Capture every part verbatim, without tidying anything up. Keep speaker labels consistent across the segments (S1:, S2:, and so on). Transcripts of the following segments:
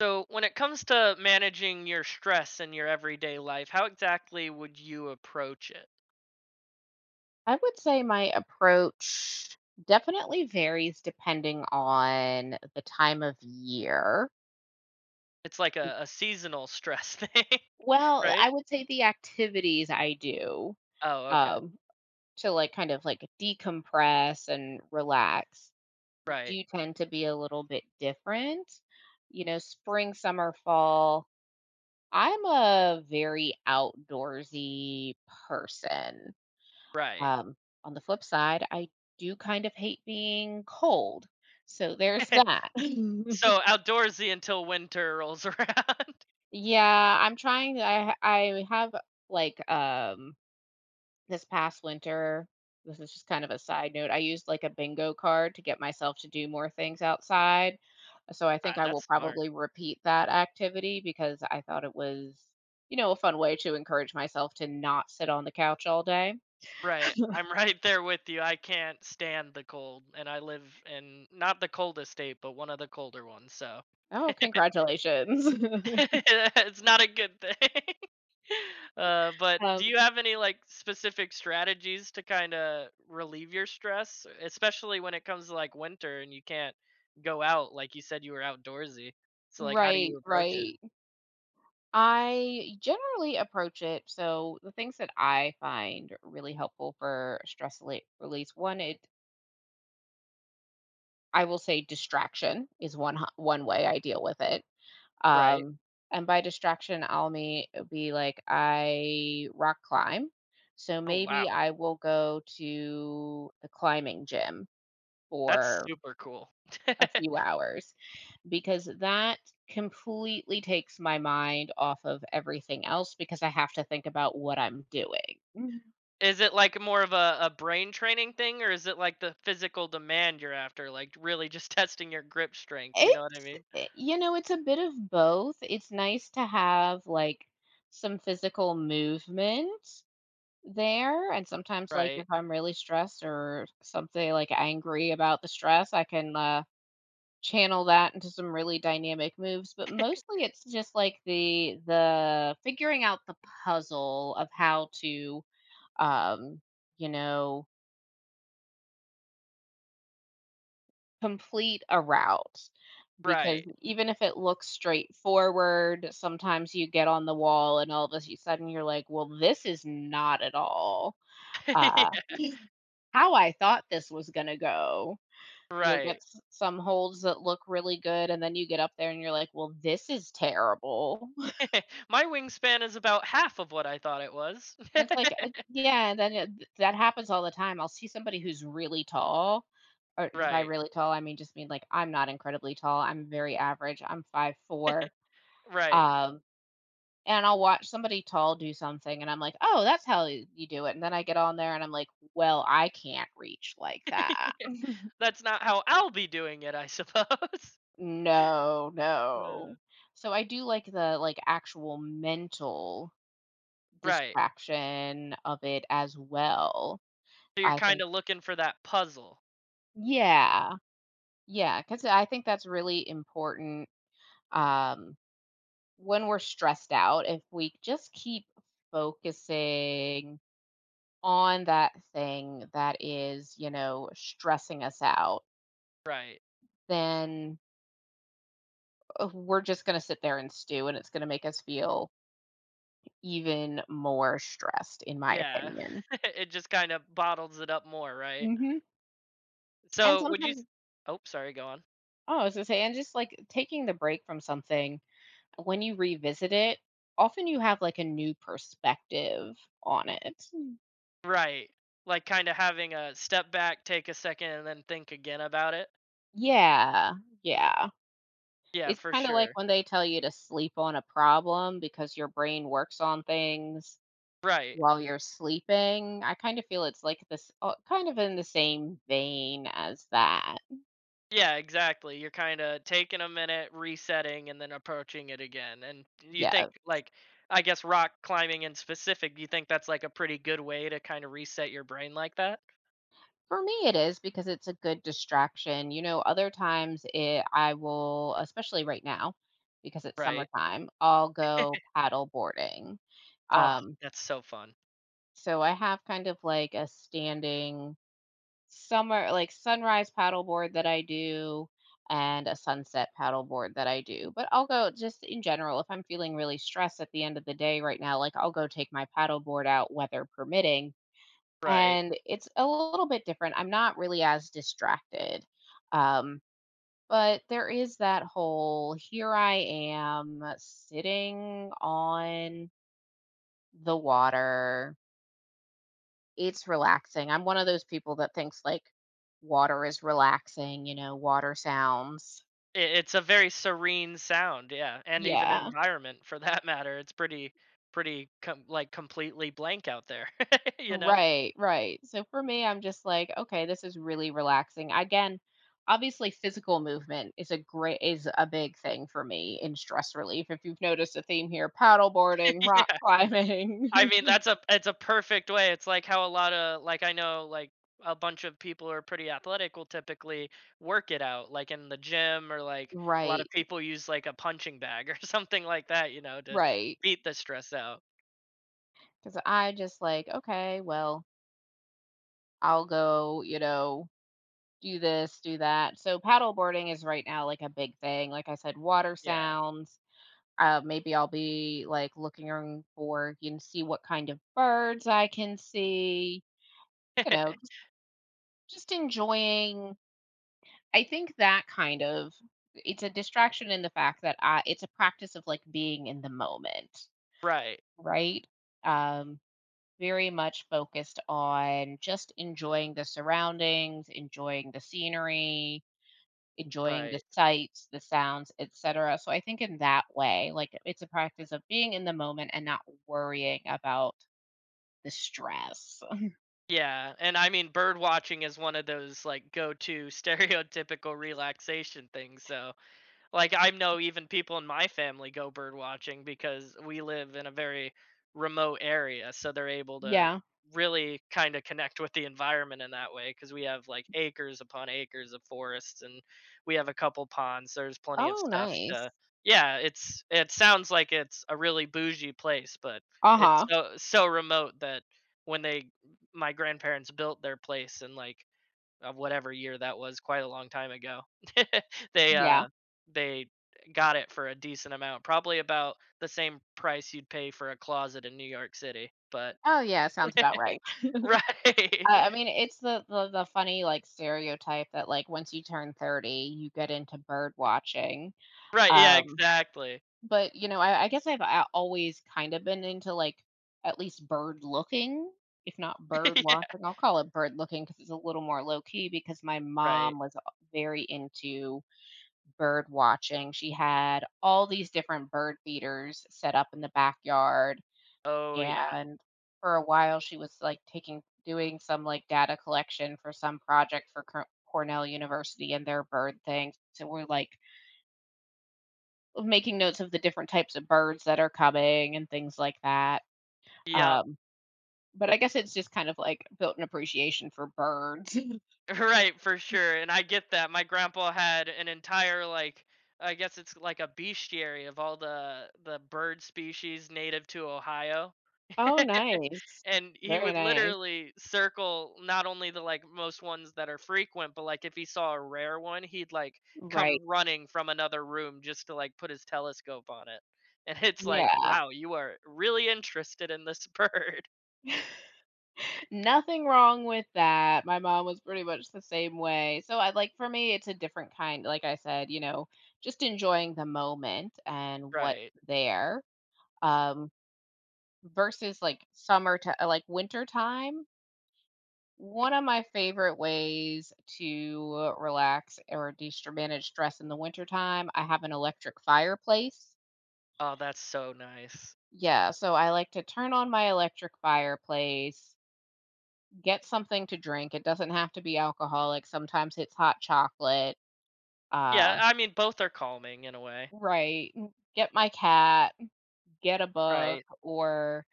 S1: So, when it comes to managing your stress in your everyday life, how exactly would you approach it?
S2: I would say my approach definitely varies depending on the time of year.
S1: It's like a, a seasonal stress thing,
S2: Well,
S1: right?
S2: I would say the activities I do
S1: Oh, okay.
S2: um, to like kind of like decompress and relax
S1: Right,
S2: do tend to be a little bit different. You know, spring, summer, fall. I'm a very outdoorsy person.
S1: right.
S2: Um, on the flip side, I do kind of hate being cold. So there's that.
S1: So, outdoorsy until winter rolls around.
S2: Yeah, I'm trying. I ha- I have like um this past winter, this is just kind of a side note. I used like a bingo card to get myself to do more things outside. So I
S1: Ah,
S2: think I will
S1: that's smart.
S2: probably repeat that activity because I thought it was, you know, a fun way to encourage myself to not sit on the couch all day.
S1: Right. I'm right there with you. I can't stand the cold, and I live in not the coldest state, but one of the colder ones. So,
S2: Oh, congratulations.
S1: it's not a good thing. Uh, but
S2: um,
S1: do you have any like specific strategies to kind of relieve your stress, especially when it comes to like winter and you can't go out? Like you said, you were outdoorsy. So like, how do
S2: right,
S1: you approach it?
S2: right. I generally approach it. So the things that I find really helpful for stress rela- release, one, it I will say distraction is one ho- one way I deal with it.
S1: Right.
S2: Um, and by distraction, I'll me uh, be like I rock climb. So
S1: Oh
S2: maybe
S1: wow,
S2: I will go to the climbing gym
S1: that's
S2: for
S1: super cool.
S2: a few hours because that completely takes my mind off of everything else because I have to think about what I'm doing. Mhm.
S1: Is it like more of a, a brain training thing, or is it like the physical demand you're after? Like really just testing your grip strength. You know what I
S2: It's,
S1: mean?
S2: eh, you know, it's a bit of both. It's nice to have like some physical movement there. And sometimes, like, if
S1: Right.
S2: I'm really stressed or something like angry about the stress, I can uh, channel that into some really dynamic moves. But mostly it's just like the, the figuring out the puzzle of how to um, you know, complete a route because
S1: Right.
S2: even if it looks straightforward, sometimes you get on the wall and all of a sudden you're like, well, this is not at all uh,
S1: Yeah,
S2: how I thought this was going to go. You'll get
S1: right.
S2: s- some holds that look really good, and then you get up there and you're like, well, this is terrible.
S1: My wingspan is about half of what I thought it was.
S2: And it's like, uh, yeah, and then th that happens all the time. I'll see somebody who's really tall, or by
S1: Right,
S2: really tall, I mean just mean like I'm not incredibly tall. I'm very average. I'm five four.
S1: right.
S2: Um, and I'll watch somebody tall do something, and I'm like, "Oh, that's how y you do it." And then I get on there and I'm like, "Well, I can't reach like that."
S1: That's not how I'll be doing it, I suppose.
S2: No,
S1: Uh,
S2: no. So I do like the, like, actual mental
S1: right.
S2: distraction of it as well.
S1: So you're
S2: I
S1: kind
S2: think
S1: of looking for that puzzle.
S2: yeah. Yeah, because I think that's really important, um, when we're stressed out, if we just keep focusing on that thing that is, you know, stressing us out,
S1: Right.
S2: then, uh, we're just gonna sit there and stew, and it's gonna make us feel even more stressed, in my
S1: Yeah.
S2: opinion.
S1: It just kind of bottles it up more, right?
S2: Mhm, and
S1: So would you?
S2: sometimes
S1: s- Oh, sorry. Go on.
S2: oh, I was gonna say, and just, like, taking the break from something, when you revisit it, often you have, like, a new perspective on it.
S1: Right. Like kind of having a step back, take a second, and then think again about it.
S2: Yeah, yeah.
S1: Yeah,
S2: It's
S1: for
S2: kinda like
S1: sure.
S2: when they tell you to sleep on a problem because your brain works on things
S1: Right.
S2: while you're sleeping. I kinda feel it's like this uh, kind of in the same vein as that.
S1: Yeah, exactly. You're kind of taking a minute, resetting, and then approaching it again. And you
S2: Yeah,
S1: think, like, I guess rock climbing in specific, do you think that's like a pretty good way to kind of reset your brain like that?
S2: for me it is because it's a good distraction. You know, other times it I will especially right now because it's
S1: Right.
S2: summertime, I'll go paddle boarding.
S1: Oh,
S2: Um,
S1: that's so fun.
S2: so I have kind of like a standing summer like, sunrise paddleboard that I do and a sunset paddleboard that I do, but I'll go just in general, if I'm feeling really stressed at the end of the day right now, like, I'll go take my paddleboard out, weather permitting,
S1: Right.
S2: and it's a little bit different. I'm not really as distracted, um, but there is that whole, "Here I am sitting on the water." It's relaxing. I'm one of those people that thinks like water is relaxing, you know, water sounds.
S1: I it's a very serene sound, yeah, and even
S2: Yeah.
S1: environment for that matter. It's pretty, pretty com- like completely blank out there, you know?
S2: Right, right. So for me, I'm just like, okay, this is really relaxing. Again, obviously physical movement is a great is a big thing for me in stress relief. If you've noticed a theme here, paddleboarding, rock
S1: Yeah.
S2: climbing.
S1: I mean, that's a it's a perfect way. It's like how a lot of like I know like a bunch of people who are pretty athletic will typically work it out, like in the gym or like a lot of
S2: Right.
S1: people use like a punching bag or something like that, you know, to
S2: Right.
S1: beat the stress out.
S2: Cuz I just like, okay, well, I'll go, you know, do this, do that. So paddleboarding is right now like a big thing. Like I said, water
S1: Yeah.
S2: sounds. Uh, maybe I'll be like looking around for you know see what kind of birds I can see. You know, just, just enjoying. I think that kind of it's a distraction in the fact that I, it's a practice of like being in the moment,
S1: Right,
S2: right? Um, very much focused on just enjoying the surroundings, enjoying the scenery, enjoying the
S1: right.
S2: sights, the sounds, etcetera. So I think in that way, like, it's a practice of being in the moment and not worrying about the stress.
S1: Yeah, and I mean bird watching is one of those like go-to stereotypical relaxation things, so like I know even people in my family go bird watching because we live in a very remote area, so they're able to
S2: Yeah.
S1: really kind of connect with the environment in that way because we have like acres upon acres of forests and we have a couple ponds. There's plenty of
S2: Oh,
S1: stuff
S2: nice.
S1: to. Yeah, it's it sounds like it's a really bougie place, but it's
S2: Uh-huh.
S1: so so remote that when they my grandparents built their place and like of whatever year that was, quite a long time ago. They,
S2: Yeah.
S1: uh, they got it for a decent amount, probably about the same price you'd pay for a closet in New York City, but
S2: Oh, yeah, sounds about right.
S1: right.
S2: I I mean, it's the the the funny, like, stereotype that, like, once you turn thirty, you get into bird watching,
S1: Right, yeah,
S2: um
S1: exactly.
S2: but, you know, I I guess I've a always kinda been into, like, at least bird looking, if not bird
S1: Yeah,
S2: watching. I'll call it bird looking because it's a little more low key because my
S1: right.
S2: mom was, uh, very into bird watching. She had all these different bird feeders set up in the backyard,
S1: Oh, yeah.
S2: and for a while, she was, like, taking doing some, like, data collection for some project for Cor Cornell University and their bird thing. So we're, like, of making notes of the different types of birds that are coming and things like that.
S1: Yep.
S2: Um, but I guess it's just kind of, like, built an appreciation for birds.
S1: Right, for sure, and I get that. My grandpa had an entire, like I guess it's like a bestiary of all the the bird species native to Ohio.
S2: Oh, nice.
S1: And he
S2: Very
S1: would
S2: nice.
S1: literally circle not only the like most ones that are frequent but like if he saw a rare one he'd like
S2: Right.
S1: come running from another room just to like put his telescope on it and it's like
S2: Yeah.
S1: wow you are really interested in this bird.
S2: Nothing wrong with that. My mom was pretty much the same way. So I like for me, it's a different kind, like I said, you know, just enjoying the moment and what's
S1: Right,
S2: there, um, versus, like, summer to like, winter time. One of my favorite ways to relax or de manage stress in the wintertime, I have an electric fireplace.
S1: oh that's so nice.
S2: Yeah, so I like to turn on my electric fireplace, get something to drink. It doesn't have to be alcoholic. Sometimes it's hot chocolate. Uh,
S1: Yeah, I mean both are calming in a way.
S2: right. n- Get my cat, get a book,
S1: Right,
S2: or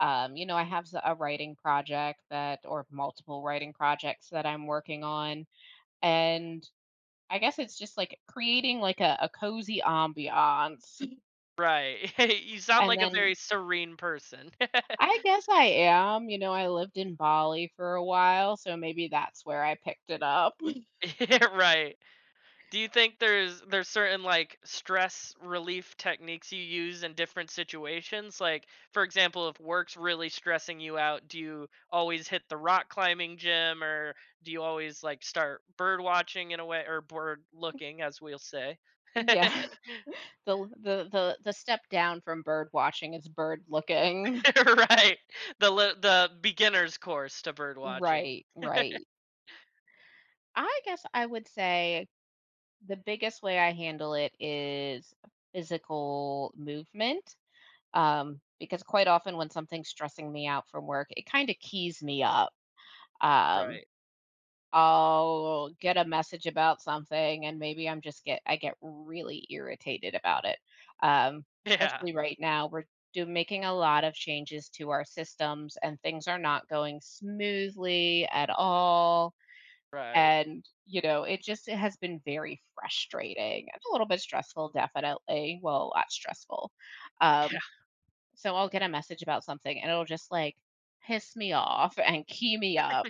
S2: um, you know, I have s- a writing project that, or multiple writing projects that I'm working on. And I guess it's just, like, creating, like, a a cozy ambiance,
S1: right. You sound
S2: and
S1: like a
S2: then
S1: very serene person.
S2: I guess I am, you know, I lived in Bali for a while, so maybe that's where I picked it up.
S1: Yeah, right. Do you think there's there's certain like stress relief techniques you use in different situations? Like, for example, if work's really stressing you out, do you always hit the rock climbing gym, or do you always like start bird watching in a way, or bird looking, as we'll say?
S2: Yeah.
S1: Right,
S2: The the the the step down from bird watching is bird looking.
S1: the li- the beginner's course to bird watching.
S2: Right, right. I guess I would say the biggest way I handle it is physical movement, um, because quite often when something's stressing me out from work, it kinda keys me up, um
S1: Right.
S2: I'll get a message about something and maybe I'm just get I get really irritated about it. Um,
S1: Yeah.
S2: especially right now, we're do making a lot of changes to our systems and things are not going smoothly at all.
S1: Right.
S2: And, you know, it just it has been very frustrating and a little bit stressful, definitely. Well, a lot stressful.
S1: Yeah.
S2: Um, so I'll get a message about something and it'll just like piss me off and key me up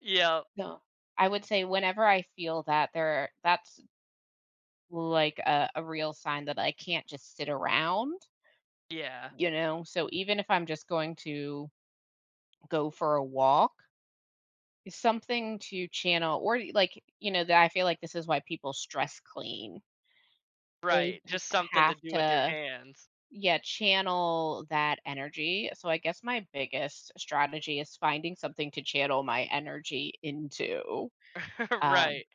S1: Yep.
S2: no. I would say whenever I feel that there that's like a, a real sign that I can't just sit around,
S1: Yeah.
S2: you know. So even if I'm just going to go for a walk, it's something to channel or like, you know, that I feel like this is why people stress clean. They
S1: Right.
S2: just
S1: Just something to
S2: have
S1: do with your
S2: to
S1: hands.
S2: yeah, channel that energy. So I guess my biggest strategy is finding something to channel my energy into. Um
S1: Right.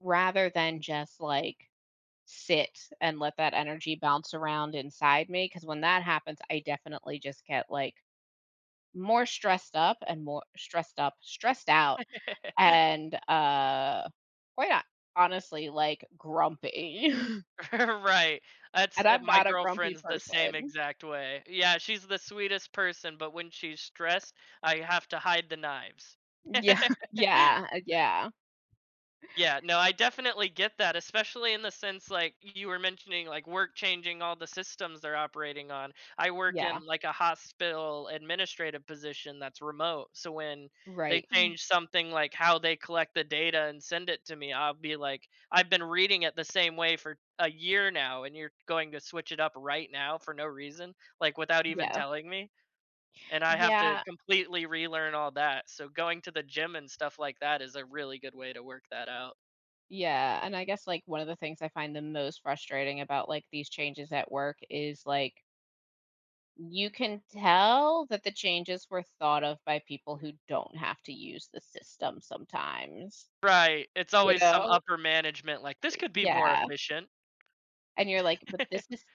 S2: rather than just like sit and let that energy bounce around inside me, because when that happens, I definitely just get, like, more stressed up and more stressed up, stressed out, and, uh, quite ho honestly, like, grumpy,
S1: Right. That's
S2: and
S1: uh,
S2: I'm
S1: my
S2: not a grumpy
S1: girlfriend's the same
S2: person.
S1: exact way. Yeah, she's the sweetest person, but when she's stressed, I have to hide the knives.
S2: Yeah, yeah, uh, yeah,
S1: Yeah, no, I definitely get that, especially in the sense like you were mentioning like work changing all the systems they're operating on. I work
S2: yeah,
S1: in like a hospital administrative position that's remote. So when they
S2: right,
S1: change something like how they collect the data and send it to me, I'll be like, I've been reading it the same way for a year now and you're going to switch it up right now for no reason, like without even
S2: yeah,
S1: telling me. And I have to
S2: yeah,
S1: completely relearn all that. So going to the gym and stuff like that is a really good way to work that out.
S2: yeah, and I guess, like, one of the things I find the most frustrating about, like, these changes at work is, like, you can tell that the changes were thought of by people who don't have to use the system sometimes,
S1: Right, it's
S2: you
S1: always some
S2: know?
S1: upper management like, "This could be more
S2: Yeah,
S1: efficient."
S2: and you're like, "But this is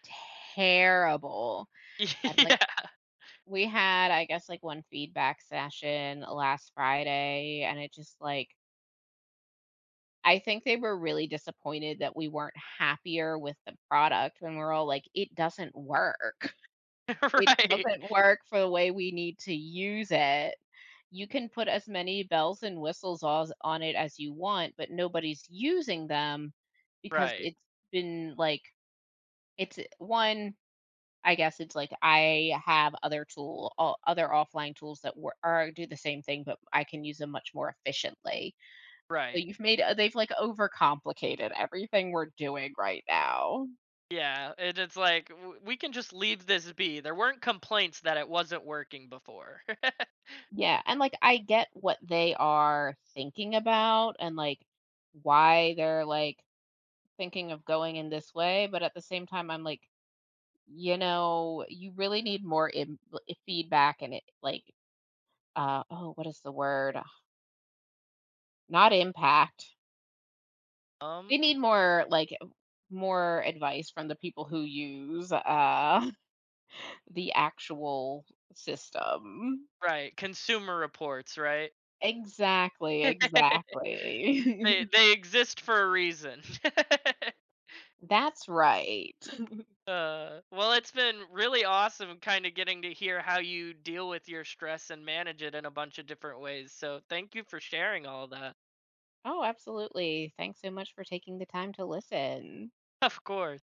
S2: terrible." And, like,
S1: Yeah,
S2: we had, I guess, like, one feedback session last Friday, and it just, like I think they were really disappointed that we weren't happier with the product when we're all like, "It doesn't work." It
S1: right,
S2: doesn't work for the way we need to use it. You can put as many bells and whistles os on it as you want, but nobody's using them because
S1: right,
S2: it's been, like it's one, I guess it's like I have other tool o other offline tools that were are do the same thing, but I can use them much more efficiently. So
S1: right.
S2: you've made uh, they've, like, overcomplicated everything we're doing right now.
S1: Yeah, and it's like, "W we can just leave this be, there weren't complaints that it wasn't working before."
S2: Yeah, and, like, I get what they are thinking about and, like, why they're, like, thinking of going in this way, but at the same time, I'm like, you know, you really need more im eh, feedback and it, like, uh, oh, what is the word? Not impact. They
S1: Um,
S2: need more, like, more advice from the people who use, uh, the actual system.
S1: right, consumer reports, right?
S2: Exactly,
S1: They
S2: exactly.
S1: they exist for a reason.
S2: That's right.
S1: Uh, well, it's been really awesome kinda getting to hear how you deal with your stress and manage it in a bunch of different ways, so thank you for sharing all that.
S2: Oh, absolutely. Thanks so much for taking the time to listen.
S1: Of course.